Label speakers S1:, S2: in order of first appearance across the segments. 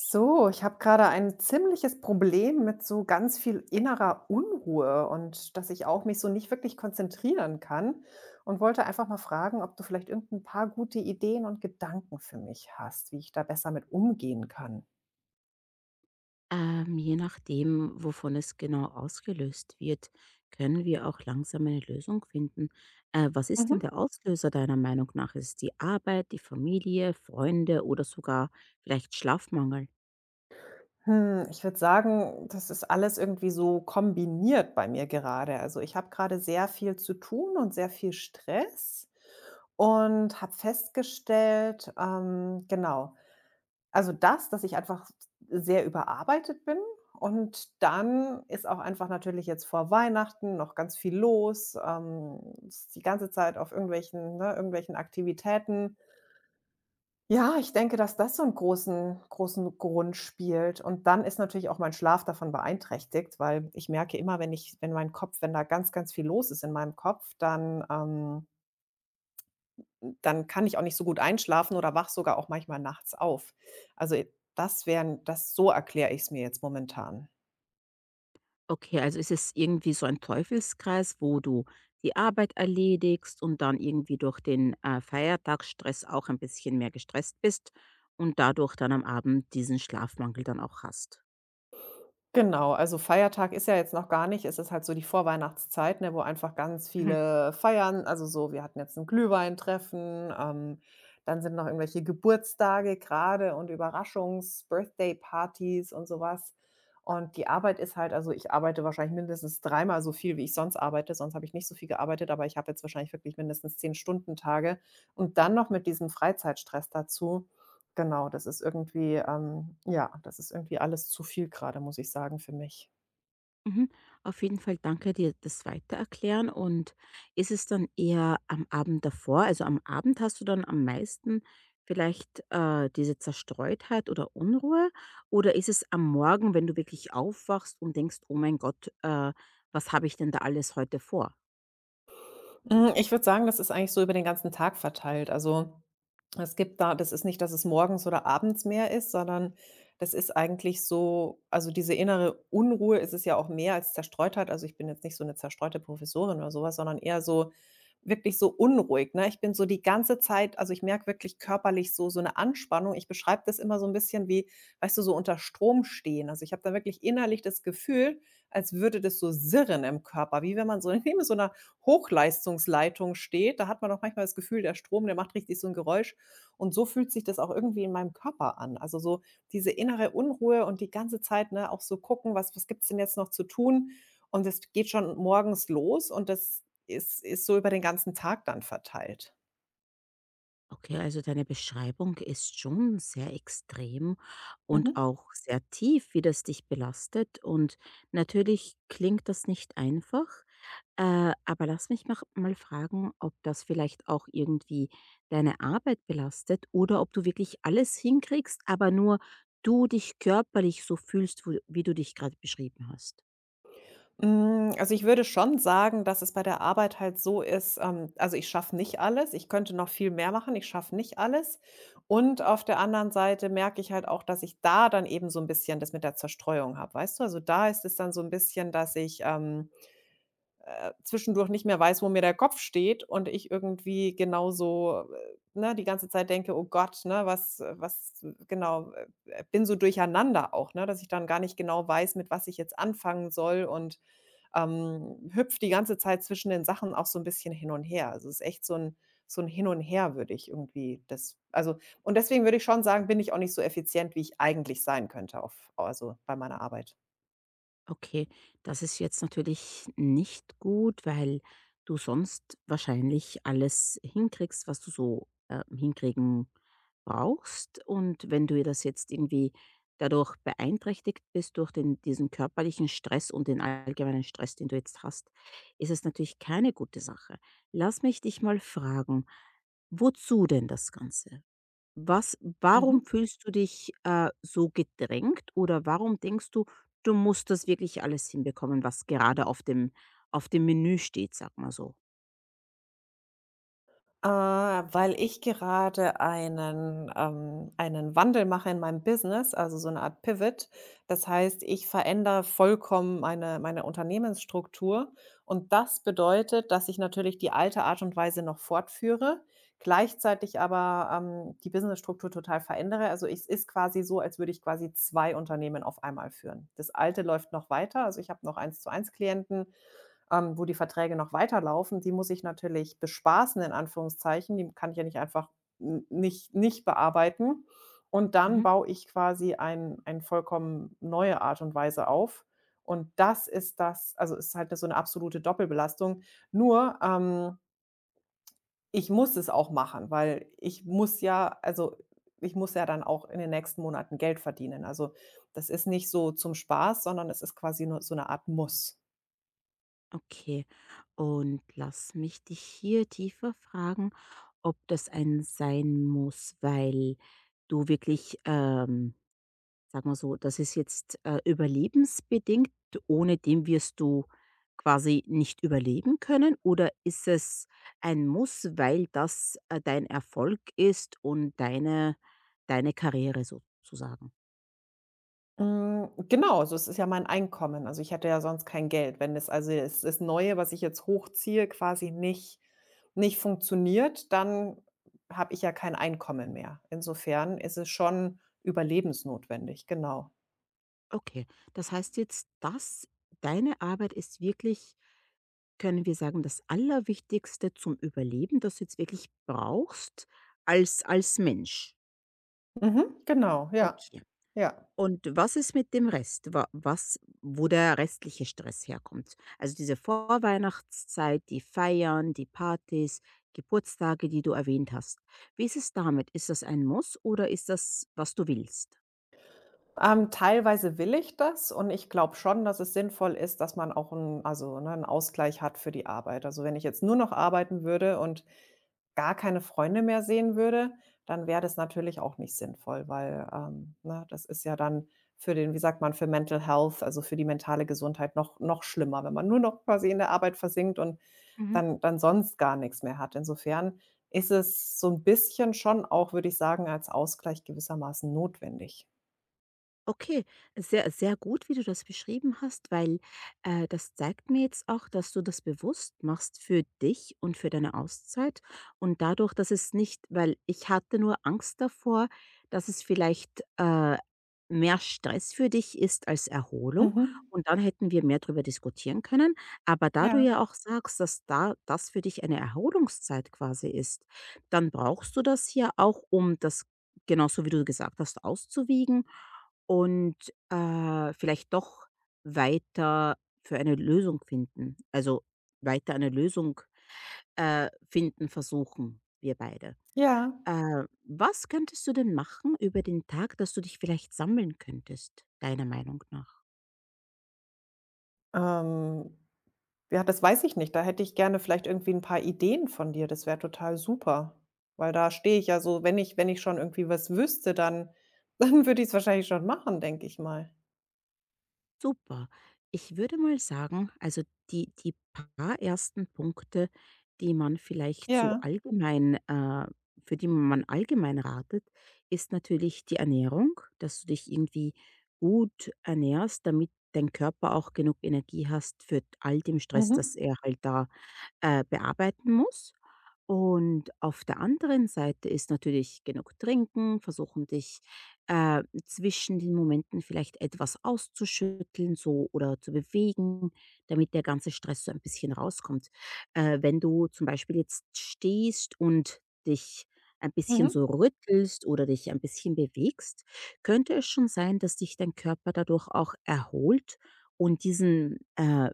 S1: So, ich habe gerade ein ziemliches Problem mit so ganz viel innerer Unruhe und dass ich auch mich so nicht wirklich konzentrieren kann und wollte einfach mal fragen, ob du vielleicht irgendein paar gute Ideen und Gedanken für mich hast, wie ich da besser mit umgehen kann.
S2: Je nachdem, wovon es genau ausgelöst wird, können wir auch langsam eine Lösung finden. Was ist denn
S1: Mhm.
S2: der Auslöser deiner Meinung nach? Ist es die Arbeit, die Familie, Freunde oder sogar vielleicht Schlafmangel?
S1: Hm, ich würde sagen, das ist alles irgendwie so kombiniert bei mir gerade. Also ich habe gerade sehr viel zu tun und sehr viel Stress und habe festgestellt, genau, also dass ich einfach sehr überarbeitet bin und dann ist auch einfach natürlich jetzt vor Weihnachten noch ganz viel los, ist die ganze Zeit auf irgendwelchen Aktivitäten. Ja, ich denke, dass das so einen großen großen Grund spielt und dann ist natürlich auch mein Schlaf davon beeinträchtigt, weil ich merke immer, wenn ich wenn mein Kopf wenn da ganz, ganz viel los ist in meinem Kopf, dann kann ich auch nicht so gut einschlafen oder wach sogar auch manchmal nachts auf. Also, das, so erkläre ich es mir jetzt momentan.
S2: Okay, also ist es irgendwie so ein Teufelskreis, wo du die Arbeit erledigst und dann irgendwie durch den Feiertagsstress auch ein bisschen mehr gestresst bist und dadurch dann am Abend diesen Schlafmangel dann auch hast.
S1: Genau, also Feiertag ist ja jetzt noch gar nicht. Es ist halt so die Vorweihnachtszeit, ne, wo einfach ganz
S2: Mhm.
S1: viele feiern. Also so, wir hatten jetzt ein Glühweintreffen, dann sind noch irgendwelche Geburtstage gerade und Überraschungs-Birthday-Partys und sowas. Und die Arbeit ist halt, also ich arbeite wahrscheinlich mindestens dreimal so viel, wie ich sonst arbeite. Sonst habe ich nicht so viel gearbeitet, aber ich habe jetzt wahrscheinlich wirklich mindestens 10 Stunden Tage und dann noch mit diesem Freizeitstress dazu. Genau, das ist irgendwie ja, das ist irgendwie alles zu viel gerade, muss ich sagen, für mich.
S2: Mhm. Auf jeden Fall danke dir das Weitererklären. Und ist es dann eher am Abend davor? Also am Abend hast du dann am meisten vielleicht diese Zerstreutheit oder Unruhe? Oder ist es am Morgen, wenn du wirklich aufwachst und denkst, oh mein Gott, was habe ich denn da alles heute vor?
S1: Hm, ich würde sagen, das ist eigentlich so über den ganzen Tag verteilt. Also, Es gibt da das ist nicht, dass es morgens oder abends mehr ist, sondern das ist eigentlich so, also, diese innere Unruhe ist es ja auch mehr als Zerstreutheit. Also, ich bin jetzt nicht so eine zerstreute Professorin oder sowas, sondern eher so wirklich so unruhig, ne? Ich bin so die ganze Zeit, also, ich merke wirklich körperlich so eine Anspannung. Ich beschreibe das immer so ein bisschen, wie, weißt du, so unter Strom stehen. Also, ich habe da wirklich innerlich das Gefühl, als würde das so sirren im Körper, wie wenn man so neben so einer Hochleistungsleitung steht. Da hat man auch manchmal das Gefühl, der Strom, der macht richtig so ein Geräusch. Und so fühlt sich das auch irgendwie in meinem Körper an. Also, so diese innere Unruhe, und die ganze Zeit, ne, auch so gucken, was gibt's denn jetzt noch zu tun? Und das geht schon morgens los und das ist so über den ganzen Tag dann verteilt.
S2: Okay, also deine Beschreibung ist schon sehr extrem und
S1: Mhm.
S2: auch sehr tief, wie das dich belastet. Und natürlich klingt das nicht einfach, aber mal fragen, ob das vielleicht auch irgendwie deine Arbeit belastet oder ob du wirklich alles hinkriegst, aber nur du dich körperlich so fühlst, wie du dich gerade beschrieben hast.
S1: Hm, also, ich würde schon sagen, dass es bei der Arbeit halt so ist, also, ich schaffe nicht alles. Ich könnte noch viel mehr machen. Ich schaffe nicht alles. Und auf der anderen Seite merke ich halt auch, dass ich da dann eben so ein bisschen das mit der Zerstreuung habe, weißt du? Also, da ist es dann so ein bisschen, dass ich, zwischendurch nicht mehr weiß, wo mir der Kopf steht und ich irgendwie genauso, ne, die ganze Zeit denke: „Oh Gott, ne, was was" genau, bin so durcheinander auch, ne, dass ich dann gar nicht genau weiß, mit was ich jetzt anfangen soll und, hüpfe die ganze Zeit zwischen den Sachen auch so ein bisschen hin und her. Also, es ist echt so ein Hin und Her, würde ich irgendwie das, also, und deswegen würde ich schon sagen, bin ich auch nicht so effizient, wie ich eigentlich sein könnte, auf also bei meiner Arbeit.
S2: Okay, das ist jetzt natürlich nicht gut, weil du sonst wahrscheinlich alles hinkriegst, was du so hinkriegen brauchst. Und wenn du ihr das jetzt irgendwie dadurch beeinträchtigt bist durch diesen körperlichen Stress und den allgemeinen Stress, den du jetzt hast, ist es natürlich keine gute Sache. Lass mich dich mal fragen, wozu denn das Ganze? Was
S1: Mhm.
S2: Warum fühlst du dich, so gedrängt oder warum denkst du, du musst das wirklich alles hinbekommen, was gerade auf dem Menü steht, sag mal so?
S1: Weil ich gerade einen, einen Wandel mache in meinem Business, also so eine Art Pivot. Das heißt, ich verändere vollkommen meine Unternehmensstruktur und das bedeutet, dass ich natürlich die alte Art und Weise noch fortführe, gleichzeitig aber, die Businessstruktur total verändere. Also, es ist quasi so, als würde ich quasi 2 Unternehmen auf einmal führen. Das alte läuft noch weiter, also ich habe noch eins zu eins Klienten, wo die Verträge noch weiterlaufen, die muss ich natürlich „bespaßen" in Anführungszeichen. Die kann ich ja nicht einfach n nicht nicht bearbeiten. Und dann
S2: Mhm,
S1: baue ich quasi ein vollkommen neue Art und Weise auf. Und das ist das, also, ist halt so eine absolute Doppelbelastung. Nur, ich muss es auch machen, weil ich muss ja dann auch in den nächsten Monaten Geld verdienen. Also, das ist nicht so zum Spaß, sondern es ist quasi nur so eine Art Muss.
S2: okay. Und lass mich dich hier tiefer fragen, ob das ein sein muss, weil du wirklich, sagen wir so, das ist jetzt, überlebensbedingt, ohne dem wirst du quasi nicht überleben können? Oder ist es ein Muss, weil das, dein Erfolg ist und deine Karriere sozusagen?
S1: Hm, genau, also es ist ja mein Einkommen. Also, ich hätte ja sonst kein Geld, wenn es, ist Neue, was ich jetzt hochziehe, quasi nicht funktioniert, dann habe ich ja kein Einkommen mehr. Insofern ist es schon überlebensnotwendig, genau.
S2: Okay, das heißt jetzt, dass deine Arbeit ist wirklich, können wir sagen, das Allerwichtigste zum Überleben, das du jetzt wirklich brauchst als Mensch?
S1: Mhm, genau, ja.
S2: Okay.
S1: Ja.
S2: Und was ist mit dem Rest? Wa was Wo der restliche Stress herkommt? Also, diese Vorweihnachtszeit, die Feiern, die Partys, Geburtstage, die du erwähnt hast. Wie ist es damit? Ist das ein Muss oder ist das, was du willst?
S1: Teilweise will ich das und ich glaube schon, dass es sinnvoll ist, dass man auch 'n Ausgleich hat für die Arbeit. Also, wenn ich jetzt nur noch arbeiten würde und gar keine Freunde mehr sehen würde, dann wäre das natürlich auch nicht sinnvoll, weil, ne, das ist ja dann für den, wie sagt man, für Mental Health, also, für die mentale Gesundheit noch schlimmer, wenn man nur noch quasi in der Arbeit versinkt und
S2: Mhm.
S1: dann sonst gar nichts mehr hat. Insofern ist es so ein bisschen schon auch, würde ich sagen, als Ausgleich gewissermaßen notwendig.
S2: Okay, sehr, sehr gut, wie du das beschrieben hast, weil das zeigt mir jetzt auch, dass du das bewusst machst für dich und für deine Auszeit. Und dadurch, dass es nicht, weil ich hatte nur Angst davor, dass es vielleicht mehr Stress für dich ist als Erholung.
S1: Mhm.
S2: Und dann hätten wir mehr darüber diskutieren können. Aber da du
S1: Ja,
S2: ja auch sagst, dass da das für dich eine Erholungszeit quasi ist, dann brauchst du das ja auch, um das genauso wie du gesagt hast, auszuwiegen und, vielleicht doch weiter für eine Lösung finden. Also, weiter eine Lösung, finden versuchen wir beide.
S1: ja.
S2: Was könntest du denn machen über den Tag, dass du dich vielleicht sammeln könntest, deiner Meinung nach?
S1: Ähm, ja, das weiß ich nicht. Da hätte ich gerne vielleicht irgendwie 'n paar Ideen von dir. Das wäre total super, weil da stehe ich ja so, wenn ich, wenn ich schon irgendwie was wüsste, dann dann würde ich's wahrscheinlich schon machen, denke ich mal.
S2: Super. Ich würde mal sagen, also die paar ersten Punkte, die man vielleicht so
S1: Ja.
S2: allgemein für die man allgemein ratet, ist natürlich die Ernährung, dass du dich irgendwie gut ernährst, damit dein Körper auch genug Energie hast für all dem Stress,
S1: Mhm.
S2: das er halt da, bearbeiten muss. Und auf der anderen Seite ist natürlich genug trinken, versuchen dich zwischen den Momenten vielleicht etwas auszuschütteln so oder zu bewegen, damit der ganze Stress so ein bisschen rauskommt. Wenn du zum Beispiel jetzt stehst und dich ein bisschen
S1: Mhm.
S2: so rüttelst oder dich ein bisschen bewegst, könnte es schon sein, dass dich dein Körper dadurch auch erholt und diesen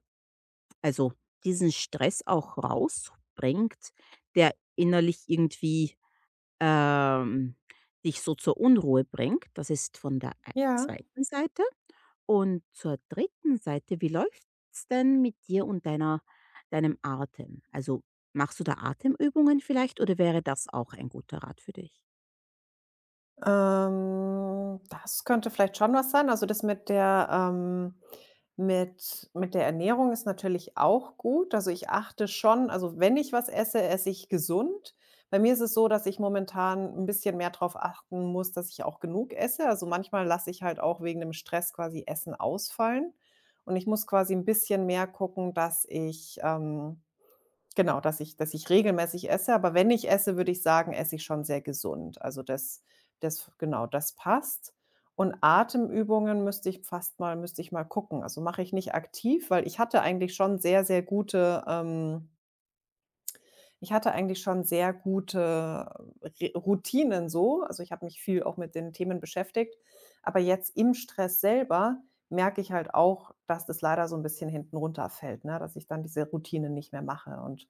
S2: also, diesen Stress auch rausbringt, der innerlich irgendwie, ähm, dich so zur Unruhe bringt. Das ist von der ei
S1: Ja.
S2: zweiten Seite. Und zur dritten Seite, wie läuft's denn mit dir und deiner deinem Atem? Also, machst du da Atemübungen vielleicht oder wäre das auch ein guter Rat für dich?
S1: Das könnte vielleicht schon was sein. Also, das mit der Ernährung ist natürlich auch gut. Also, ich achte schon, also, wenn ich was esse, esse ich gesund. Bei mir ist es so, dass ich momentan ein bisschen mehr drauf achten muss, dass ich auch genug esse. Also, manchmal lasse ich halt auch wegen dem Stress quasi Essen ausfallen und ich muss quasi ein bisschen mehr gucken, dass ich, Genau, dass ich regelmäßig esse, aber wenn ich esse, würde ich sagen, esse ich schon sehr gesund. Also, das genau, das passt. Und Atemübungen müsste ich mal gucken. Also, mache ich nicht aktiv, weil ich hatte eigentlich schon sehr gute Re Routinen so. Also, ich habe mich viel auch mit den Themen beschäftigt, aber jetzt im Stress selber merke ich halt auch, dass das leider so ein bisschen hinten runterfällt, ne, dass ich dann diese Routine nicht mehr mache und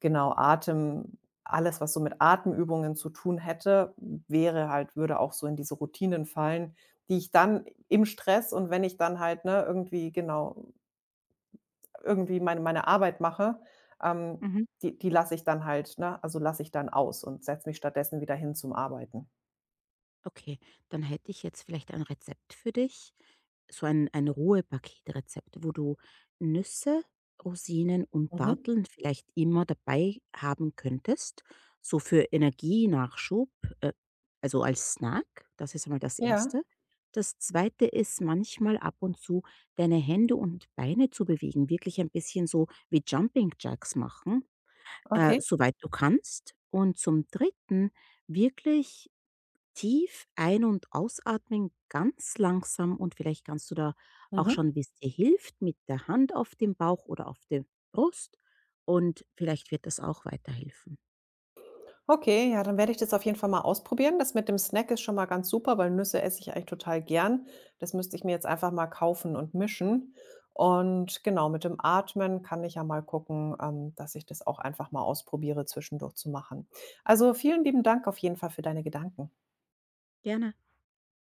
S1: genau, Atem alles, was so mit Atemübungen zu tun hätte, wäre halt würde auch so in diese Routinen fallen, die ich dann im Stress und wenn ich dann halt, ne, irgendwie meine Arbeit mache, ähm,
S2: Mhm.
S1: die lasse ich dann halt, ne, also, lasse ich dann aus und setze mich stattdessen wieder hin zum Arbeiten.
S2: Okay, dann hätte ich jetzt vielleicht ein Rezept für dich, so ein Ruhepaketrezept, wo du Nüsse, Rosinen und
S1: Mhm.
S2: Datteln vielleicht immer dabei haben könntest, so für Energienachschub, äh, also als Snack. Das ist einmal das
S1: Ja,
S2: Erste. Das Zweite ist manchmal ab und zu deine Hände und Beine zu bewegen, wirklich ein bisschen so wie Jumping Jacks machen,
S1: okay.
S2: soweit du kannst. Und zum Dritten wirklich tief ein und ausatmen, ganz langsam und vielleicht kannst du da auch
S1: Mhm.
S2: schauen, wie's dir hilft mit der Hand auf dem Bauch oder auf der Brust und vielleicht wird das auch weiterhelfen.
S1: Okay, ja, dann werde ich das auf jeden Fall mal ausprobieren. Das mit dem Snack ist schon mal ganz super, weil Nüsse esse ich eigentlich total gern. Das müsste ich mir jetzt einfach mal kaufen und mischen. Und genau, mit dem Atmen kann ich ja mal gucken, dass ich das auch einfach mal ausprobiere, zwischendurch zu machen. Also, vielen lieben Dank auf jeden Fall für deine Gedanken.
S2: Gerne.